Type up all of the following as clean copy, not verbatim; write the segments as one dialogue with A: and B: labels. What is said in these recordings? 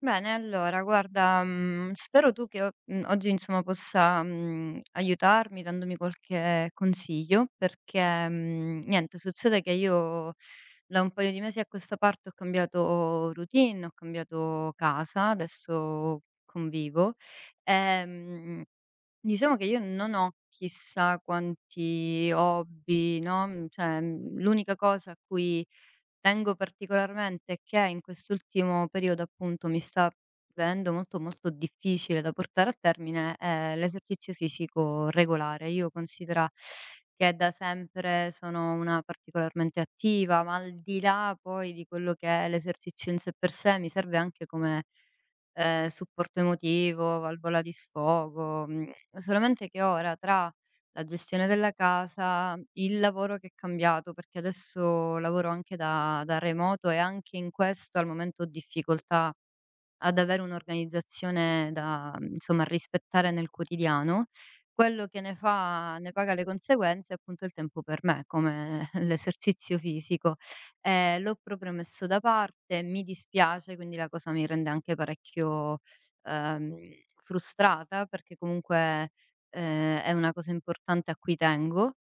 A: Bene, allora guarda, spero tu che o mhmm, oggi insomma possa aiutarmi dandomi qualche consiglio perché, mhmm, niente, succede che io da un paio di mesi a questa parte ho cambiato routine, ho cambiato casa, adesso convivo. Ehm Diciamo che io non ho chissà quanti hobby, no, mhmm, cioè, mhmm, l'unica cosa a cui tengo particolarmente e che in quest'ultimo periodo, appunto, mi sta venendo molto difficile da portare a termine è l'esercizio fisico regolare. Io considera che da sempre sono una particolarmente attiva, ma al di là poi di quello che è l'esercizio in sé per sé, mi serve anche come supporto emotivo, valvola di sfogo, solamente che ora tra la gestione della casa, il lavoro che è cambiato, perché adesso lavoro anche da remoto e anche in questo al momento ho difficoltà ad avere un'organizzazione da insomma rispettare nel quotidiano. Quello che ne fa ne paga le conseguenze è appunto il tempo per me, come l'esercizio fisico. L'ho proprio messo da parte, mi dispiace, quindi la cosa mi rende anche parecchio, ehm, frustrata perché comunque, è una cosa importante a cui tengo.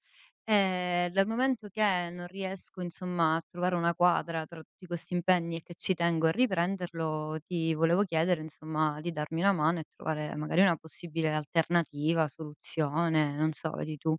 A: Dal momento che non riesco insomma a trovare una quadra tra tutti questi impegni e che ci tengo a riprenderlo, ti volevo chiedere insomma di darmi una mano e trovare magari una possibile alternativa, soluzione, non so, vedi tu.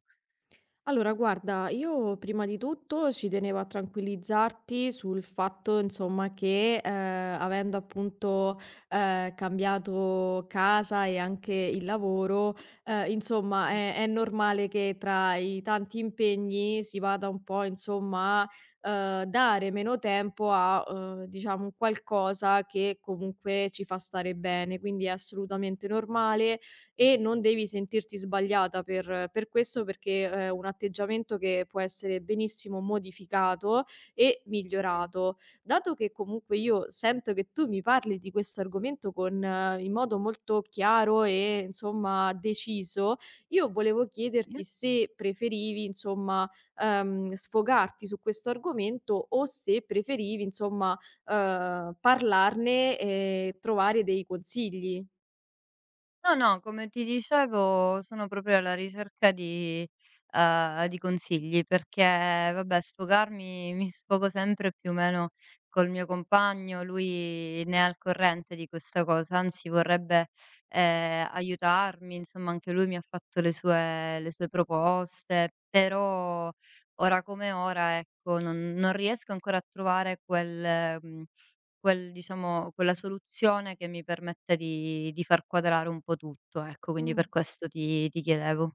B: Allora, guarda, io prima di tutto ci tenevo a tranquillizzarti sul fatto, insomma, che avendo appunto cambiato casa e anche il lavoro, insomma,
A: Mh,
B: è normale che tra i tanti impegni si vada un po', insomma, a dare meno tempo a, diciamo, un qualcosa che comunque ci fa stare bene, quindi è assolutamente normale e non devi sentirti sbagliata per questo, perché è un atteggiamento che può essere benissimo modificato e migliorato. Dato che comunque io sento che tu mi parli di questo argomento con in modo molto chiaro e insomma deciso, io volevo
A: mh.
B: chiederti se preferivi insomma, sfogarti su questo argomento o se preferivi insomma, parlarne e trovare dei consigli.
A: No, no, come ti dicevo sono proprio alla ricerca di consigli perché vabbè sfogarmi mi sfogo sempre più o meno col mio compagno, lui ne è al corrente di questa cosa, anzi vorrebbe, aiutarmi, insomma anche lui mi ha fatto le sue proposte, però ora come ora, ecco, non riesco ancora a trovare quel, diciamo quella soluzione che mi permette di far quadrare un po' tutto, ecco, quindi
B: Mh.
A: per questo ti chiedevo.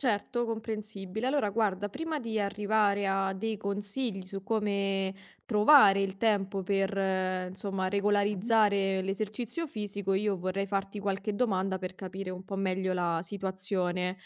B: Certo, comprensibile. Allora, guarda, prima di arrivare a dei consigli su come trovare il tempo per, insomma,
A: Mh-mh.
B: regolarizzare l'esercizio fisico, io vorrei farti qualche domanda per capire un po' meglio la situazione.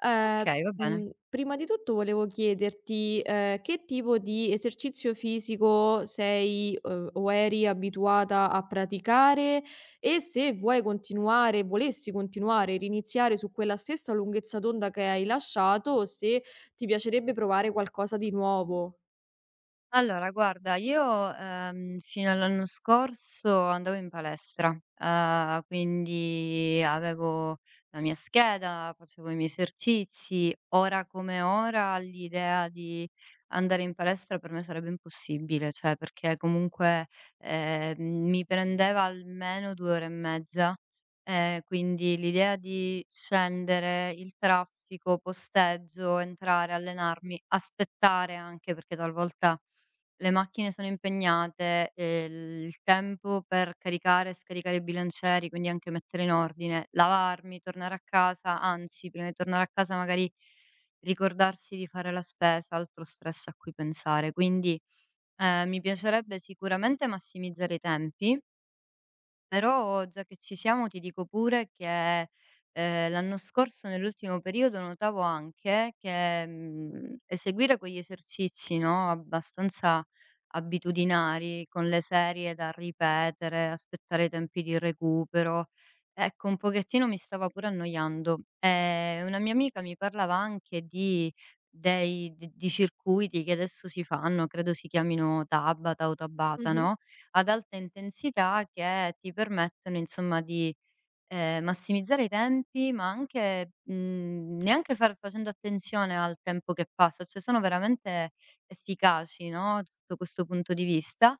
A: Okay, va bene.
B: Prima di tutto volevo chiederti, che tipo di esercizio fisico sei, o eri abituata a praticare? E se vuoi continuare volessi continuare, riniziare su quella stessa lunghezza d'onda che hai lasciato, o se ti piacerebbe provare qualcosa di nuovo.
A: Allora guarda, io, fino all'anno scorso andavo in palestra, quindi avevo la mia scheda, facevo i miei esercizi. Ora come ora l'idea di andare in palestra per me sarebbe impossibile, cioè perché comunque, ehm, mi prendeva almeno 2 ore e mezza, quindi l'idea di scendere, il traffico, posteggio, entrare, allenarmi, aspettare anche perché talvolta le macchine sono impegnate, il tempo per caricare e scaricare i bilancieri, quindi anche mettere in ordine, lavarmi, tornare a casa, anzi prima di tornare a casa magari ricordarsi di fare la spesa, altro stress a cui pensare. Quindi, mi piacerebbe sicuramente massimizzare i tempi, però già che ci siamo ti dico pure che, l'anno scorso nell'ultimo periodo notavo anche che, eseguire quegli esercizi, no, abbastanza abitudinari con le serie da ripetere, aspettare i tempi di recupero, ecco un pochettino mi stava pure annoiando. Una mia amica mi parlava anche di dei d di circuiti che adesso si fanno, credo si chiamino Tabata o Tabata,
B: Mh-mh.
A: no, ad alta intensità che ti permettono insomma di, massimizzare i tempi, ma anche, neanche far facendo attenzione al tempo che passa, cioè sono veramente efficaci, no, sotto questo punto di vista.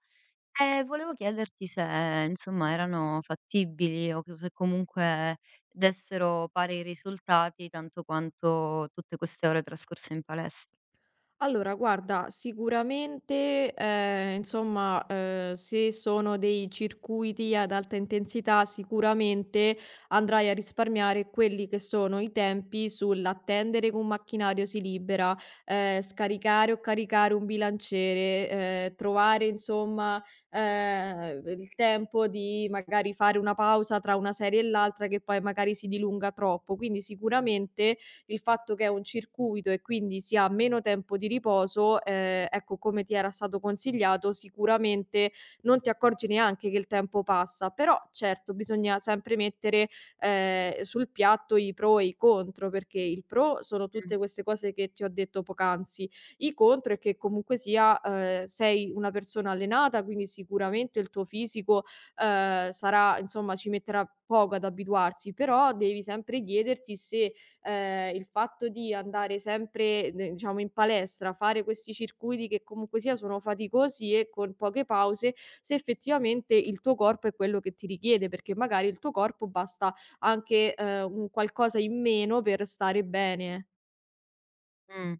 A: E volevo chiederti se, insomma, erano fattibili o c se comunque dessero pari risultati tanto quanto tutte queste ore trascorse in palestra.
B: Allora guarda, sicuramente, insomma, se sono dei circuiti ad alta intensità, sicuramente andrai a risparmiare quelli che sono i tempi sull'attendere che un macchinario si libera, scaricare o caricare un bilanciere, trovare insomma, il tempo di magari fare una pausa tra una serie e l'altra che poi magari si dilunga troppo. Quindi sicuramente, il fatto che è un circuito e quindi si ha meno tempo di riposo, ecco, come ti era stato consigliato, sicuramente non ti accorgi neanche che il tempo passa. Però certo, bisogna sempre mettere, sul piatto i pro e i contro, perché il pro sono tutte queste cose che ti ho detto poc'anzi, i contro è che comunque sia, sei una persona allenata, quindi sicuramente il tuo fisico, sarà insomma, ci metterà poco ad abituarsi, però devi sempre chiederti se il fatto di andare sempre de diciamo in palestra, fare questi circuiti che comunque sia sono faticosi e con poche pause, se effettivamente il tuo corpo è quello che ti richiede, perché magari il tuo corpo basta anche, un qualcosa in meno per stare bene.
A: Mh,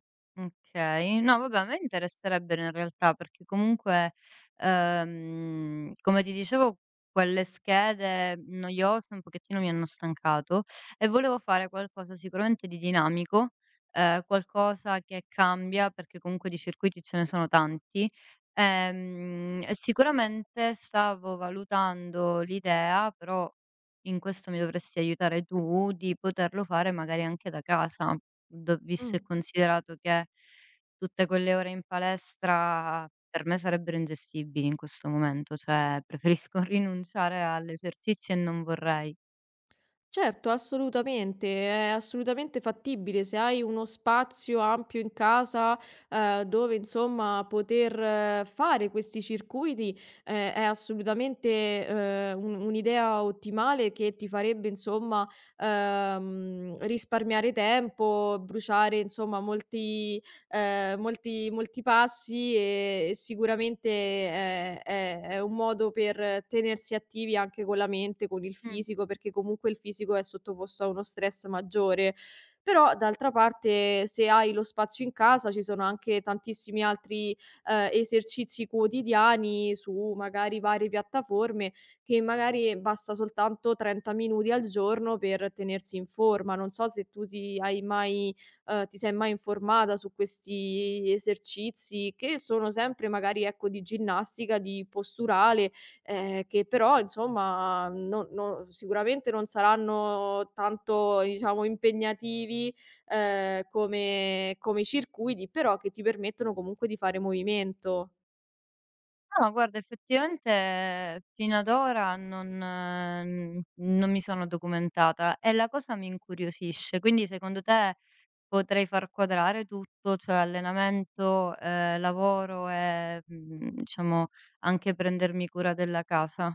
A: okay. No vabbè, a me interesserebbe in realtà, perché comunque, come ti dicevo quelle schede noiose un pochettino mi hanno stancato e volevo fare qualcosa sicuramente di dinamico, qualcosa che cambia, perché comunque di circuiti ce ne sono tanti. E sicuramente stavo valutando l'idea, però in questo mi dovresti aiutare tu, di poterlo fare magari anche da casa. Do
B: Mh.
A: visto e considerato che tutte quelle ore in palestra per me sarebbero ingestibili in questo momento, cioè preferisco rinunciare all'esercizio e non vorrei.
B: Certo, assolutamente, è assolutamente fattibile. Se hai uno spazio ampio in casa, dove insomma poter fare questi circuiti, è assolutamente, un'idea ottimale che ti farebbe insomma, risparmiare tempo, bruciare insomma molti molti passi e sicuramente è un modo per tenersi attivi anche con la mente, con il
A: Mh.
B: fisico, perché comunque il fisico è sottoposto a uno stress maggiore. Però d'altra parte se hai lo spazio in casa ci sono anche tantissimi altri, esercizi quotidiani su magari varie piattaforme che magari basta soltanto 30 minuti al giorno per tenersi in forma. Non so se tu hai mai ti sei mai informata su questi esercizi che sono sempre magari, ecco, di ginnastica, di posturale, che però insomma no no sicuramente non saranno tanto, diciamo, impegnativi, come i circuiti, però che ti permettono comunque di fare movimento.
A: No, guarda effettivamente fino ad ora non mi sono documentata e la cosa mi incuriosisce. Quindi secondo te potrei far quadrare tutto, cioè allenamento, lavoro e, diciamo anche prendermi cura della casa?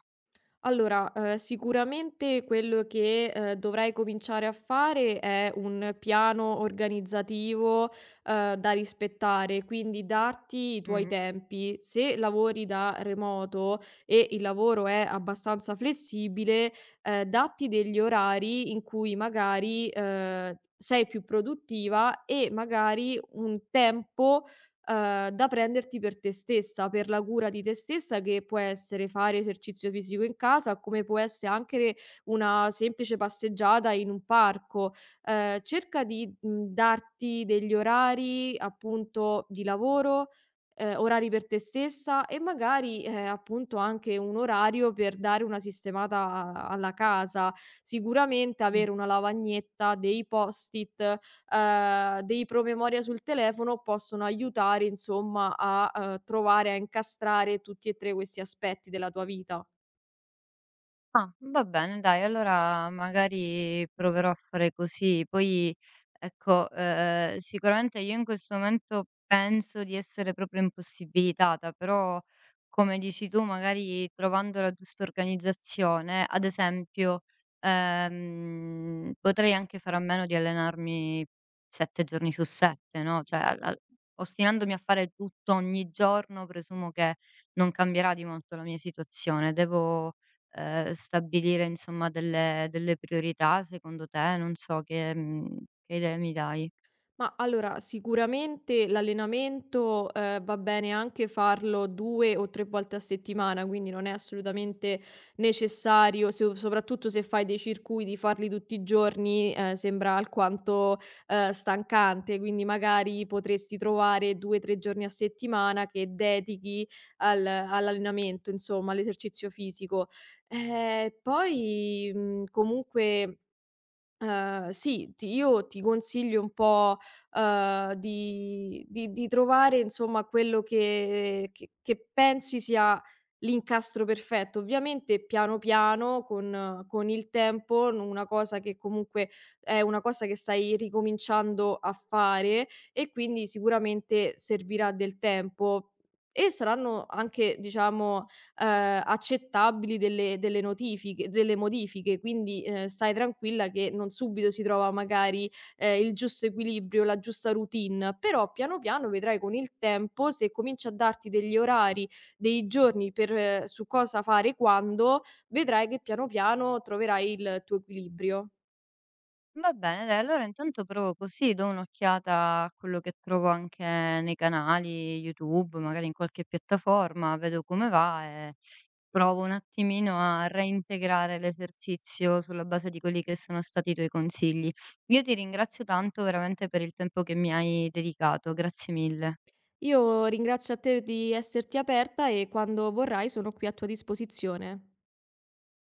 B: Allora, sicuramente quello che, dovrai cominciare a fare è un piano organizzativo, da rispettare, quindi darti i tuoi
A: Mh-mh.
B: tempi. Se lavori da remoto e il lavoro è abbastanza flessibile, datti degli orari in cui magari, sei più produttiva e magari un tempo da prenderti per te stessa, per la cura di te stessa che può essere fare esercizio fisico in casa, come può essere anche una semplice passeggiata in un parco. Cerca di, darti degli orari appunto di lavoro, orari per te stessa e magari, appunto anche un orario per dare una sistemata alla casa. Sicuramente
A: Mh.
B: avere una lavagnetta, dei post-it dei promemoria sul telefono possono aiutare insomma a, trovare, a incastrare tutti e 3 questi aspetti della tua vita.
A: Ah, va bene dai, allora magari proverò a fare così. Poi ecco, sicuramente io in questo momento penso di essere proprio impossibilitata, però come dici tu magari trovando la giusta organizzazione, ad esempio, potrei anche fare a meno di allenarmi 7 giorni su 7, no, cioè al al ostinandomi a fare tutto ogni giorno presumo che non cambierà di molto la mia situazione. Devo stabilire insomma delle priorità secondo te? Non so che, che idee mi dai.
B: Ma allora, sicuramente l'allenamento, va bene anche farlo 2 o 3 volte a settimana, quindi non è assolutamente necessario, se soprattutto se fai dei circuiti, farli tutti i giorni, sembra alquanto, stancante, quindi magari potresti trovare 2, 3 giorni a settimana che dedichi al all'allenamento, insomma, all'esercizio fisico. Poi, mhmm, comunque sì, ti io ti consiglio un po', di trovare insomma quello che pensi sia l'incastro perfetto. Ovviamente piano piano con il tempo, n una cosa che comunque è una cosa che stai ricominciando a fare e quindi sicuramente servirà del tempo e saranno anche diciamo, accettabili delle modifiche, quindi, stai tranquilla che non subito si trova magari, il giusto equilibrio, la giusta routine, però piano piano vedrai con il tempo, se cominci a darti degli orari, dei giorni per su cosa fare quando, vedrai che piano piano troverai il tuo equilibrio.
A: Va bene dai, allora intanto provo così, do un'occhiata a quello che trovo anche nei canali YouTube, magari in qualche piattaforma, vedo come va e provo un attimino a reintegrare l'esercizio sulla base di quelli che sono stati i tuoi consigli. Io ti ringrazio tanto veramente per il tempo che mi hai dedicato, grazie mille.
B: Io ringrazio a te di esserti aperta e quando vorrai sono qui a tua disposizione.